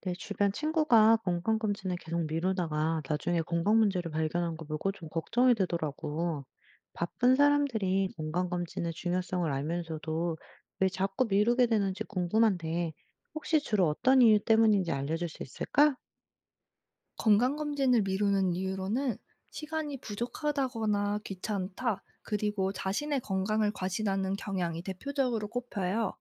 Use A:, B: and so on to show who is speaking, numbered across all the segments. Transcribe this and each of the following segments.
A: 내 주변 친구가 건강검진을 계속 미루다가 나중에 건강 문제를 발견한 거 보고 좀 걱정이 되더라고. 바쁜 사람들이 건강검진의 중요성을 알면서도 왜 자꾸 미루게 되는지 궁금한데, 혹시 주로 어떤 이유 때문인지 알려줄 수 있을까?
B: 건강검진을 미루는 이유로는 시간이 부족하다거나 귀찮다, 그리고 자신의 건강을 과신하는 경향이 대표적으로 꼽혀요.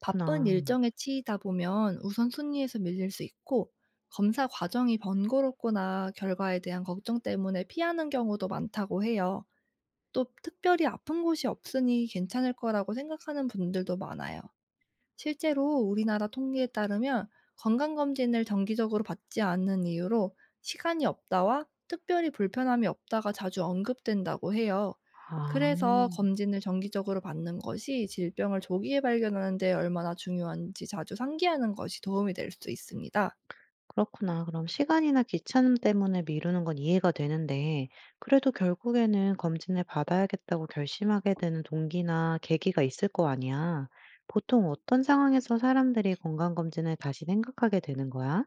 B: 바쁜 일정에 치이다 보면 우선순위에서 밀릴 수 있고, 검사 과정이 번거롭거나 결과에 대한 걱정 때문에 피하는 경우도 많다고 해요. 또 특별히 아픈 곳이 없으니 괜찮을 거라고 생각하는 분들도 많아요. 실제로 우리나라 통계에 따르면 건강검진을 정기적으로 받지 않는 이유로 시간이 없다와 특별히 불편함이 없다가 자주 언급된다고 해요.
A: 아,
B: 그래서 검진을 정기적으로 받는 것이 질병을 조기에 발견하는 데 얼마나 중요한지 자주 상기하는 것이 도움이 될 수 있습니다.
A: 그렇구나. 그럼 시간이나 귀찮음 때문에 미루는 건 이해가 되는데, 그래도 결국에는 검진을 받아야겠다고 결심하게 되는 동기나 계기가 있을 거 아니야. 보통 어떤 상황에서 사람들이 건강검진을 다시 생각하게 되는 거야?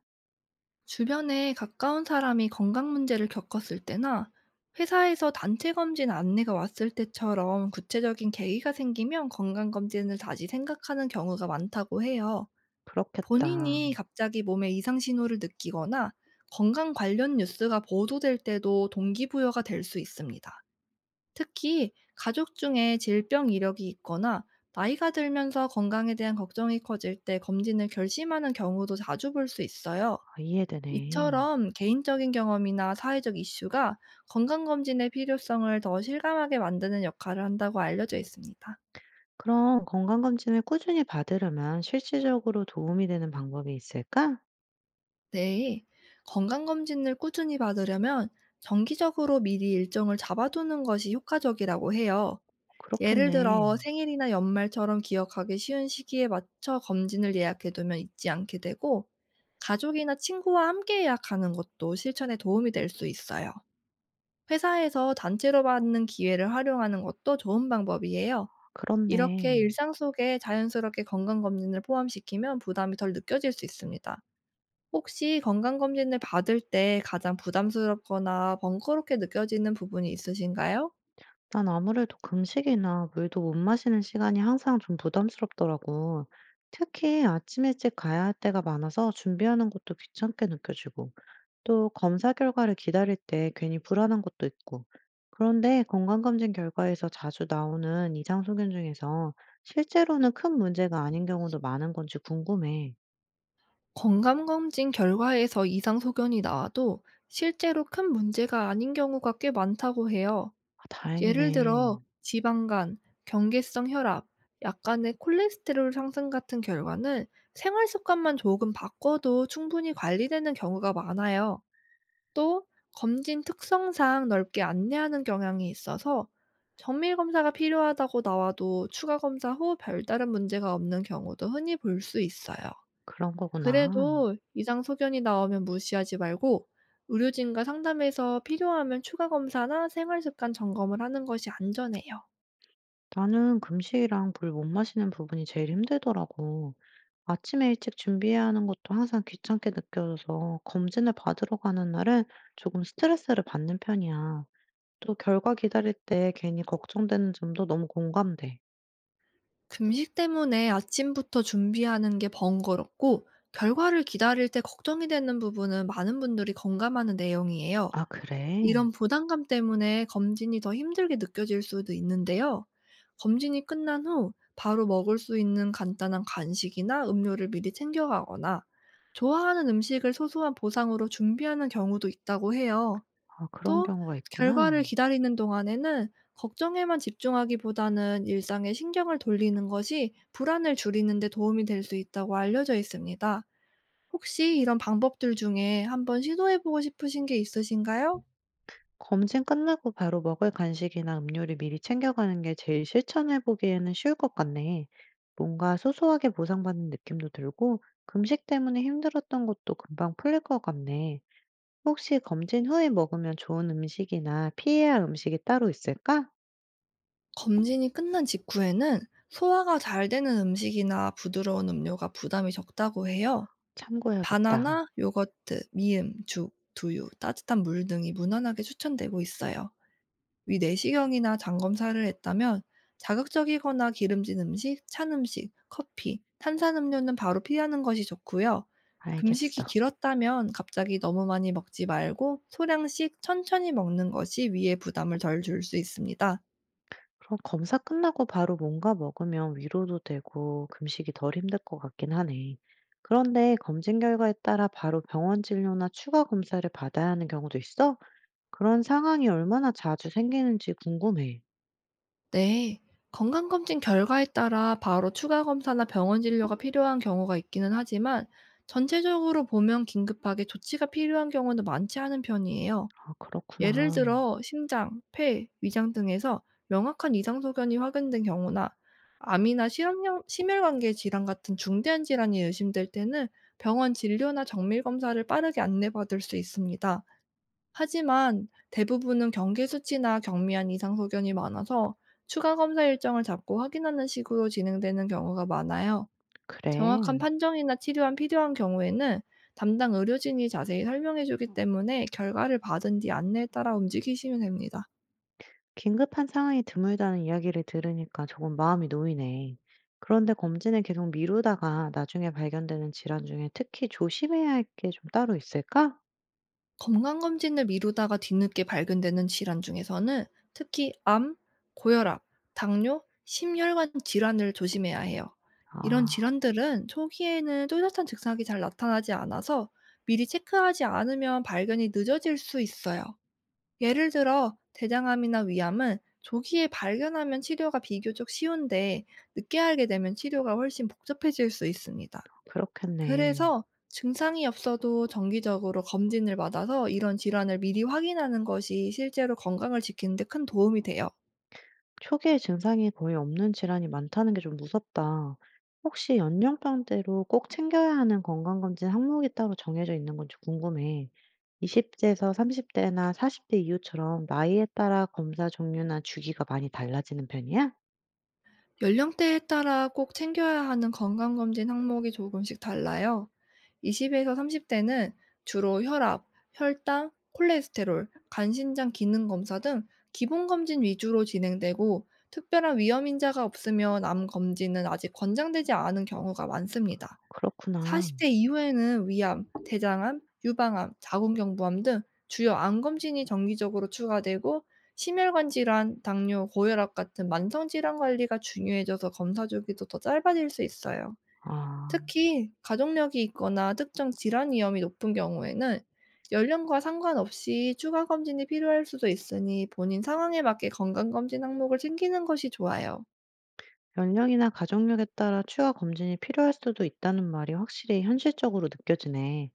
B: 주변에 가까운 사람이 건강 문제를 겪었을 때나 회사에서 단체 검진 안내가 왔을 때처럼 구체적인 계기가 생기면 건강 검진을 다시 생각하는 경우가 많다고 해요.
A: 그렇겠다.
B: 본인이 갑자기 몸에 이상 신호를 느끼거나 건강 관련 뉴스가 보도될 때도 동기부여가 될 수 있습니다. 특히 가족 중에 질병 이력이 있거나 나이가 들면서 건강에 대한 걱정이 커질 때 검진을 결심하는 경우도 자주 볼 수 있어요.
A: 아, 이해되네.
B: 이처럼 개인적인 경험이나 사회적 이슈가 건강검진의 필요성을 더 실감하게 만드는 역할을 한다고 알려져 있습니다.
A: 그럼 건강검진을 꾸준히 받으려면 실질적으로 도움이 되는 방법이 있을까?
B: 네. 건강검진을 꾸준히 받으려면 정기적으로 미리 일정을 잡아두는 것이 효과적이라고 해요. 예를 들어
A: 그렇겠네.
B: 생일이나 연말처럼 기억하기 쉬운 시기에 맞춰 검진을 예약해두면 잊지 않게 되고, 가족이나 친구와 함께 예약하는 것도 실천에 도움이 될 수 있어요. 회사에서 단체로 받는 기회를 활용하는 것도 좋은 방법이에요. 이렇게
A: 그렇네.
B: 일상 속에 자연스럽게 건강검진을 포함시키면 부담이 덜 느껴질 수 있습니다. 혹시 건강검진을 받을 때 가장 부담스럽거나 번거롭게 느껴지는 부분이 있으신가요?
A: 난 아무래도 금식이나 물도 못 마시는 시간이 항상 좀 부담스럽더라고. 특히 아침 일찍 가야 할 때가 많아서 준비하는 것도 귀찮게 느껴지고, 또 검사 결과를 기다릴 때 괜히 불안한 것도 있고. 그런데 건강검진 결과에서 자주 나오는 이상 소견 중에서 실제로는 큰 문제가 아닌 경우도 많은 건지 궁금해.
B: 건강검진 결과에서 이상 소견이 나와도 실제로 큰 문제가 아닌 경우가 꽤 많다고 해요.
A: 아,
B: 예를
A: 다행이네.
B: 들어 지방간, 경계성 혈압, 약간의 콜레스테롤 상승 같은 결과는 생활 습관만 조금 바꿔도 충분히 관리되는 경우가 많아요. 또 검진 특성상 넓게 안내하는 경향이 있어서 정밀 검사가 필요하다고 나와도 추가 검사 후 별다른 문제가 없는 경우도 흔히 볼 수 있어요.
A: 그런 거구나.
B: 그래도 이상 소견이 나오면 무시하지 말고 의료진과 상담해서 필요하면 추가 검사나 생활 습관 점검을 하는 것이 안전해요.
A: 나는 금식이랑 물 못 마시는 부분이 제일 힘들더라고. 아침에 일찍 준비해야 하는 것도 항상 귀찮게 느껴져서 검진을 받으러 가는 날은 조금 스트레스를 받는 편이야. 또 결과 기다릴 때 괜히 걱정되는 점도 너무 공감돼.
B: 금식 때문에 아침부터 준비하는 게 번거롭고 결과를 기다릴 때 걱정이 되는 부분은 많은 분들이 공감하는 내용이에요.
A: 아, 그래?
B: 이런 부담감 때문에 검진이 더 힘들게 느껴질 수도 있는데요. 검진이 끝난 후 바로 먹을 수 있는 간단한 간식이나 음료를 미리 챙겨가거나 좋아하는 음식을 소소한 보상으로 준비하는 경우도 있다고 해요.
A: 아, 그런
B: 또
A: 경우가 있구나.
B: 결과를 기다리는 동안에는 걱정에만 집중하기보다는 일상에 신경을 돌리는 것이 불안을 줄이는 데 도움이 될 수 있다고 알려져 있습니다. 혹시 이런 방법들 중에 한번 시도해 보고 싶으신 게 있으신가요?
A: 검진 끝나고 바로 먹을 간식이나 음료를 미리 챙겨가는 게 제일 실천해 보기에는 쉬울 것 같네. 뭔가 소소하게 보상받는 느낌도 들고, 금식 때문에 힘들었던 것도 금방 풀릴 것 같네. 혹시 검진 후에 먹으면 좋은 음식이나 피해야 할 음식이 따로 있을까?
B: 검진이 끝난 직후에는 소화가 잘 되는 음식이나 부드러운 음료가 부담이 적다고 해요.
A: 참고해야겠다.
B: 바나나, 요거트, 미음, 죽, 두유, 따뜻한 물 등이 무난하게 추천되고 있어요. 위 내시경이나 장 검사를 했다면 자극적이거나 기름진 음식, 찬 음식, 커피, 탄산음료는 바로 피하는 것이 좋고요. 금식이
A: 알겠어.
B: 길었다면 갑자기 너무 많이 먹지 말고 소량씩 천천히 먹는 것이 위에 부담을 덜 줄 수 있습니다.
A: 그럼 검사 끝나고 바로 뭔가 먹으면 위로도 되고 금식이 덜 힘들 것 같긴 하네. 그런데 검진 결과에 따라 바로 병원 진료나 추가 검사를 받아야 하는 경우도 있어? 그런 상황이 얼마나 자주 생기는지 궁금해.
B: 네. 건강검진 결과에 따라 바로 추가 검사나 병원 진료가 필요한 경우가 있기는 하지만, 전체적으로 보면 긴급하게 조치가 필요한 경우는 많지 않은 편이에요.
A: 아,
B: 예를
A: 그렇구나.
B: 들어 심장, 폐, 위장 등에서 명확한 이상 소견이 확인된 경우나 암이나 실험령, 심혈관계 질환 같은 중대한 질환이 의심될 때는 병원 진료나 정밀 검사를 빠르게 안내받을 수 있습니다. 하지만 대부분은 경계 수치나 경미한 이상 소견이 많아서 추가 검사 일정을 잡고 확인하는 식으로 진행되는 경우가 많아요. 정확한
A: 그래.
B: 판정이나 치료가 필요한 경우에는 담당 의료진이 자세히 설명해 주기 때문에 결과를 받은 뒤 안내에 따라 움직이시면 됩니다.
A: 긴급한 상황이 드물다는 이야기를 들으니까 조금 마음이 놓이네. 그런데 검진을 계속 미루다가 나중에 발견되는 질환 중에 특히 조심해야 할 게 좀 따로 있을까?
B: 건강검진을 미루다가 뒤늦게 발견되는 질환 중에서는 특히 암, 고혈압, 당뇨, 심혈관 질환을 조심해야 해요. 이런
A: 아,
B: 질환들은 초기에는 뚜렷한 증상이 잘 나타나지 않아서 미리 체크하지 않으면 발견이 늦어질 수 있어요. 예를 들어, 대장암이나 위암은 조기에 발견하면 치료가 비교적 쉬운데, 늦게 알게 되면 치료가 훨씬 복잡해질 수 있습니다.
A: 그렇겠네.
B: 그래서 증상이 없어도 정기적으로 검진을 받아서 이런 질환을 미리 확인하는 것이 실제로 건강을 지키는 데 큰 도움이 돼요.
A: 초기에 증상이 거의 없는 질환이 많다는 게 좀 무섭다. 혹시 연령대로 꼭 챙겨야 하는 건강검진 항목이 따로 정해져 있는 건지 궁금해. 20대에서 30대나 40대 이후처럼 나이에 따라 검사 종류나 주기가 많이 달라지는 편이야?
B: 연령대에 따라 꼭 챙겨야 하는 건강검진 항목이 조금씩 달라요. 20에서 30대는 주로 혈압, 혈당, 콜레스테롤, 간신장 기능 검사 등 기본 검진 위주로 진행되고, 특별한 위험 인자가 없으면 암 검진은 아직 권장되지 않은 경우가 많습니다.
A: 그렇구나.
B: 40대 이후에는 위암, 대장암, 유방암, 자궁경부암 등 주요 암 검진이 정기적으로 추가되고, 심혈관 질환, 당뇨, 고혈압 같은 만성 질환 관리가 중요해져서 검사 주기도 더 짧아질 수 있어요.
A: 아.
B: 특히 가족력이 있거나 특정 질환 위험이 높은 경우에는 연령과 상관없이 추가 검진이 필요할 수도 있으니, 본인 상황에 맞게 건강 검진 항목을 챙기는 것이 좋아요.
A: 연령이나 가족력에 따라 추가 검진이 필요할 수도 있다는 말이 확실히 현실적으로 느껴지네.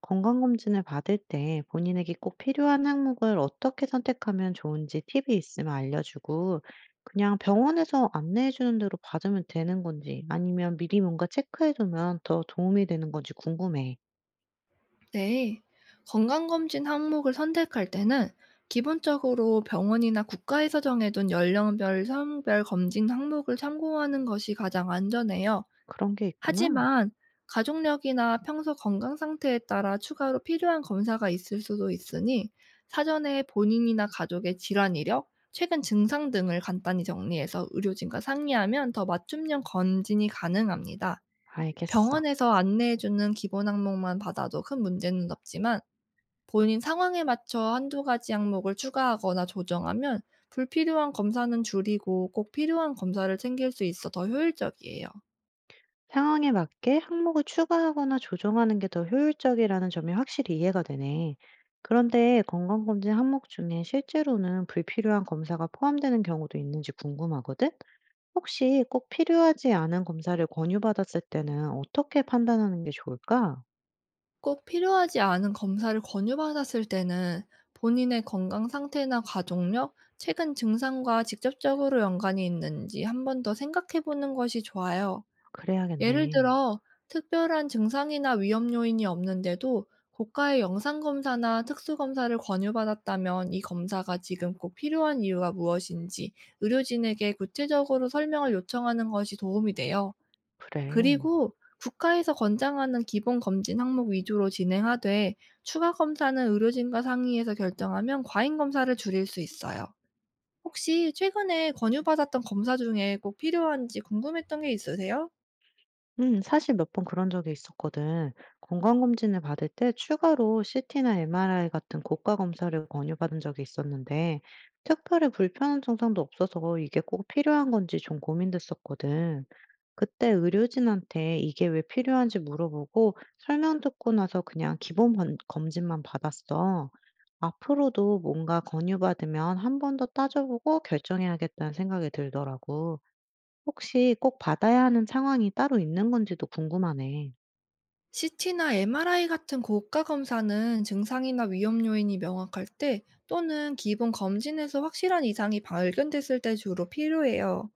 A: 건강검진을 받을 때 본인에게 꼭 필요한 항목을 어떻게 선택하면 좋은지 팁이 있으면 알려주고, 그냥 병원에서 안내해주는 대로 받으면 되는 건지, 아니면 미리 뭔가 체크해두면 더 도움이 되는 건지 궁금해.
B: 네. 건강검진 항목을 선택할 때는 기본적으로 병원이나 국가에서 정해둔 연령별, 성별 검진 항목을 참고하는 것이 가장 안전해요.
A: 그런 게 있구나?
B: 하지만 가족력이나 평소 건강 상태에 따라 추가로 필요한 검사가 있을 수도 있으니, 사전에 본인이나 가족의 질환 이력, 최근 증상 등을 간단히 정리해서 의료진과 상의하면 더 맞춤형 검진이 가능합니다.
A: 알겠어.
B: 병원에서 안내해주는 기본 항목만 받아도 큰 문제는 없지만, 본인 상황에 맞춰 한두 가지 항목을 추가하거나 조정하면 불필요한 검사는 줄이고 꼭 필요한 검사를 챙길 수 있어 더 효율적이에요.
A: 상황에 맞게 항목을 추가하거나 조정하는 게 더 효율적이라는 점이 확실히 이해가 되네. 그런데 건강검진 항목 중에 실제로는 불필요한 검사가 포함되는 경우도 있는지 궁금하거든? 혹시 꼭 필요하지 않은 검사를 권유받았을 때는 어떻게 판단하는 게 좋을까?
B: 꼭 필요하지 않은 검사를 권유받았을 때는 본인의 건강 상태나 가족력, 최근 증상과 직접적으로 연관이 있는지 한 번 더 생각해 보는 것이 좋아요. 예를
A: 그래야겠네.
B: 들어 특별한 증상이나 위험 요인이 없는데도 고가의 영상 검사나 특수 검사를 권유받았다면, 이 검사가 지금 꼭 필요한 이유가 무엇인지 의료진에게 구체적으로 설명을 요청하는 것이 도움이 돼요.
A: 그래.
B: 그리고 국가에서 권장하는 기본 검진 항목 위주로 진행하되, 추가 검사는 의료진과 상의해서 결정하면 과잉 검사를 줄일 수 있어요. 혹시 최근에 권유받았던 검사 중에 꼭 필요한지 궁금했던 게 있으세요?
A: 사실 몇 번 그런 적이 있었거든. 건강검진을 받을 때 추가로 CT나 MRI 같은 고가 검사를 권유받은 적이 있었는데, 특별히 불편한 증상도 없어서 이게 꼭 필요한 건지 좀 고민됐었거든. 그때 의료진한테 이게 왜 필요한지 물어보고 설명 듣고 나서 그냥 기본 검진만 받았어. 앞으로도 뭔가 권유받으면 한 번 더 따져보고 결정해야겠다는 생각이 들더라고. 혹시 꼭 받아야 하는 상황이 따로 있는 건지도 궁금하네.
B: CT나 MRI 같은 고가 검사는 증상이나 위험 요인이 명확할 때, 또는 기본 검진에서 확실한 이상이 발견됐을 때 주로 필요해요.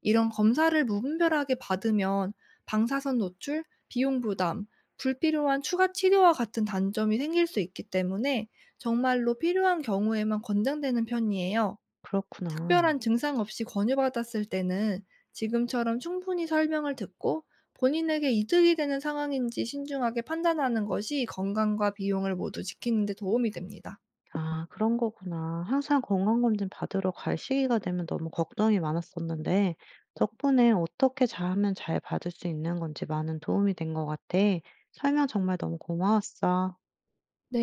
B: 이런 검사를 무분별하게 받으면 방사선 노출, 비용 부담, 불필요한 추가 치료와 같은 단점이 생길 수 있기 때문에 정말로 필요한 경우에만 권장되는 편이에요.
A: 그렇구나.
B: 특별한 증상 없이 권유받았을 때는 지금처럼 충분히 설명을 듣고 본인에게 이득이 되는 상황인지 신중하게 판단하는 것이 건강과 비용을 모두 지키는 데 도움이 됩니다.
A: 아, 그런 거구나. 항상 건강검진 받으러 갈 시기가 되면 너무 걱정이 많았었는데, 덕분에 어떻게 잘하면 잘 받을 수 있는 건지 많은 도움이 된 것 같아. 설명 정말 너무 고마웠어.
B: 네.